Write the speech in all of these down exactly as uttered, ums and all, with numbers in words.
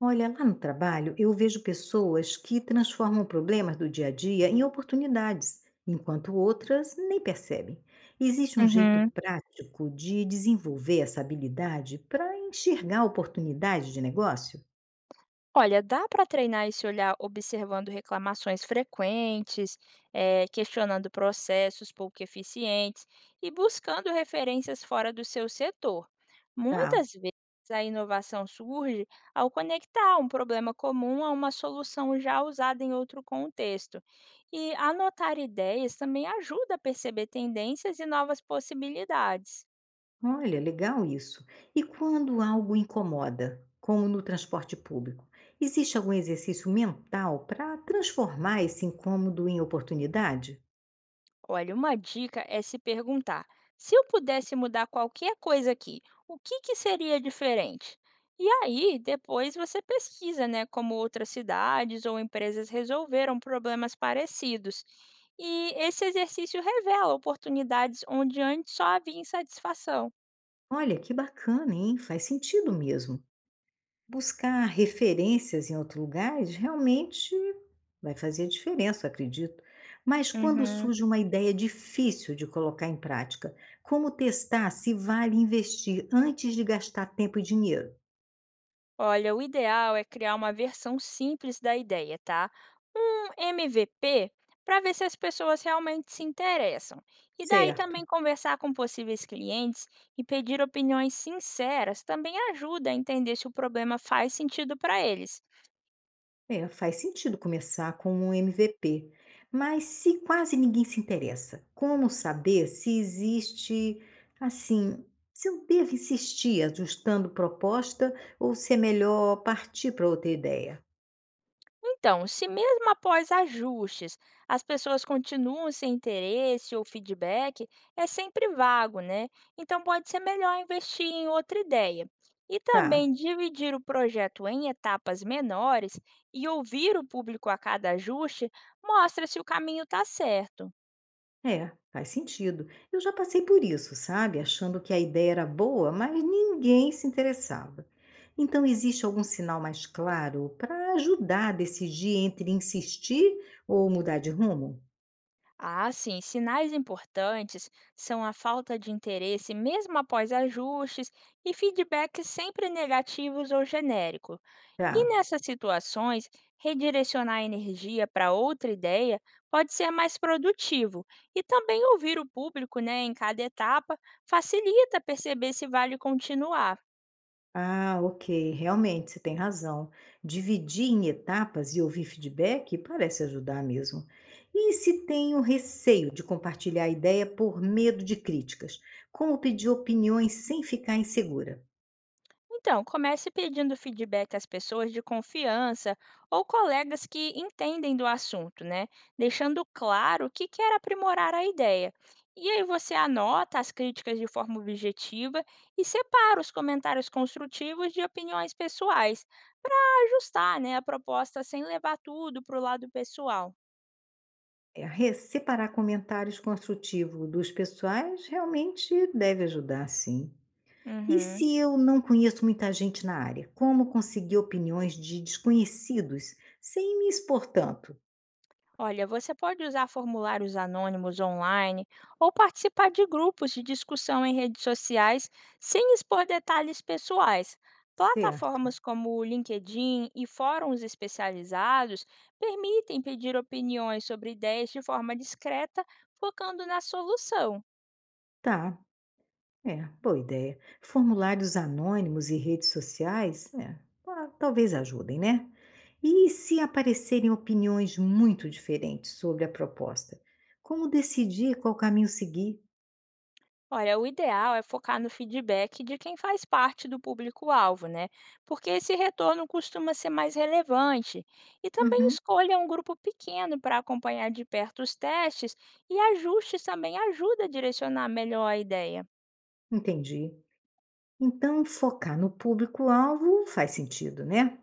Olha, lá no trabalho, eu vejo pessoas que transformam problemas do dia a dia em oportunidades, enquanto outras nem percebem. Existe um jeito Uhum. prático de desenvolver essa habilidade para enxergar oportunidades de negócio? Olha, dá para treinar esse olhar observando reclamações frequentes, eh, questionando processos pouco eficientes e buscando referências fora do seu setor. Tá, Muitas vezes a inovação surge ao conectar um problema comum a uma solução já usada em outro contexto. E anotar ideias também ajuda a perceber tendências e novas possibilidades. olha, legal isso. E quando algo incomoda, como no transporte público, existe algum exercício mental para transformar esse incômodo em oportunidade? Olha, uma dica é se perguntar: se eu pudesse mudar qualquer coisa aqui, o que, que seria diferente? E aí, depois você pesquisa, né, como outras cidades ou empresas resolveram problemas parecidos. E esse exercício revela oportunidades onde antes só havia insatisfação. Olha, que bacana, hein? Faz sentido mesmo. Buscar referências em outros lugares realmente vai fazer diferença, eu acredito. Mas quando Uhum. surge uma ideia difícil de colocar em prática, como testar se vale investir antes de gastar tempo e dinheiro? Olha, o ideal é criar uma versão simples da ideia, tá? Um M V P para ver se as pessoas realmente se interessam. E daí Certo, também conversar com possíveis clientes e pedir opiniões sinceras também ajuda a entender se o problema faz sentido para eles. é, faz sentido começar com um M V P. Mas se quase ninguém se interessa, como saber se existe, assim, se eu devo insistir ajustando proposta ou se é melhor partir para outra ideia? Então, se mesmo após ajustes as pessoas continuam sem interesse ou feedback, é sempre vago, né? Então, pode ser melhor investir em outra ideia. E Tá, também dividir o projeto em etapas menores e ouvir o público a cada ajuste mostra se o caminho está certo. é, faz sentido. Eu já passei por isso, sabe? Achando que a ideia era boa, mas ninguém se interessava. Então, existe algum sinal mais claro para ajudar a decidir entre insistir ou mudar de rumo? Ah, sim, sinais importantes são a falta de interesse mesmo após ajustes e feedbacks sempre negativos ou genéricos. Tá. E nessas situações, redirecionar a energia para outra ideia pode ser mais produtivo. E também ouvir o público né, em cada etapa facilita perceber se vale continuar. Ah, ok, realmente você tem razão. Dividir em etapas e ouvir feedback parece ajudar mesmo. E se tenho receio de compartilhar a ideia por medo de críticas? Como pedir opiniões sem ficar insegura? Então, comece pedindo feedback às pessoas de confiança ou colegas que entendem do assunto, né? Deixando claro que quer aprimorar a ideia. E aí você anota as críticas de forma objetiva e separa os comentários construtivos de opiniões pessoais, para ajustar né, a proposta sem levar tudo para o lado pessoal. É, re separar comentários construtivos dos pessoais realmente deve ajudar, sim. E Uhum. se eu não conheço muita gente na área, como conseguir opiniões de desconhecidos sem me expor tanto? Olha, você pode usar formulários anônimos online ou participar de grupos de discussão em redes sociais sem expor detalhes pessoais. Certo. Plataformas como o LinkedIn e fóruns especializados permitem pedir opiniões sobre ideias de forma discreta, focando na solução. Tá, é, boa ideia. Formulários anônimos e redes sociais, é, ah, talvez ajudem, né? E se aparecerem opiniões muito diferentes sobre a proposta? Como decidir qual caminho seguir? Olha, o ideal é focar no feedback de quem faz parte do público-alvo, né? Porque esse retorno costuma ser mais relevante. E também Uhum, escolha um grupo pequeno para acompanhar de perto os testes e ajustes também ajuda a direcionar melhor a ideia. entendi. Então, focar no público-alvo faz sentido, né?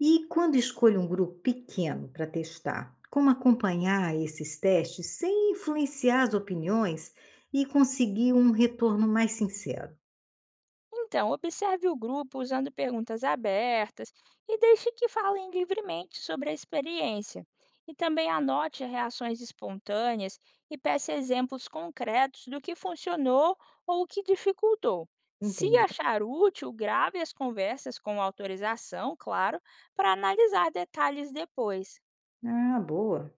E quando escolho um grupo pequeno para testar, como acompanhar esses testes sem influenciar as opiniões e conseguir um retorno mais sincero? Então, observe o grupo usando perguntas abertas e deixe que falem livremente sobre a experiência. E também anote reações espontâneas e peça exemplos concretos do que funcionou ou o que dificultou. Se Entendi. achar útil, grave as conversas com autorização, claro, para analisar detalhes depois. Ah, boa.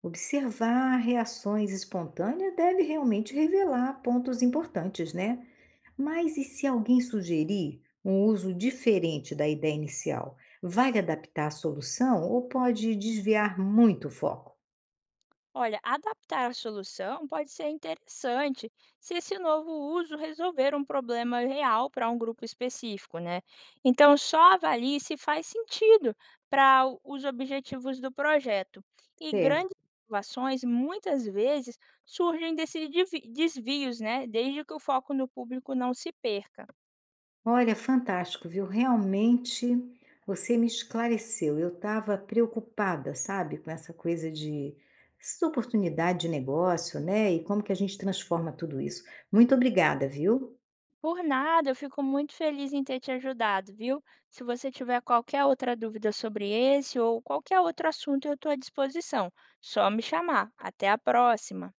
Observar reações espontâneas deve realmente revelar pontos importantes, né? Mas e se alguém sugerir um uso diferente da ideia inicial? Vale adaptar a solução ou pode desviar muito o foco? Olha, adaptar a solução pode ser interessante se esse novo uso resolver um problema real para um grupo específico, né? Então, só avalie se faz sentido para os objetivos do projeto. E grandes Certo. inovações muitas vezes surgem desses devi- desvios, né? Desde que o foco no público não se perca. Olha, fantástico, viu? Realmente você me esclareceu. Eu estava preocupada, sabe, com essa coisa de essa oportunidade de negócio, né? E como que a gente transforma tudo isso. Muito obrigada, viu? Por nada, eu fico muito feliz em ter te ajudado, viu? Se você tiver qualquer outra dúvida sobre esse ou qualquer outro assunto, eu estou à disposição. Só me chamar. Até a próxima!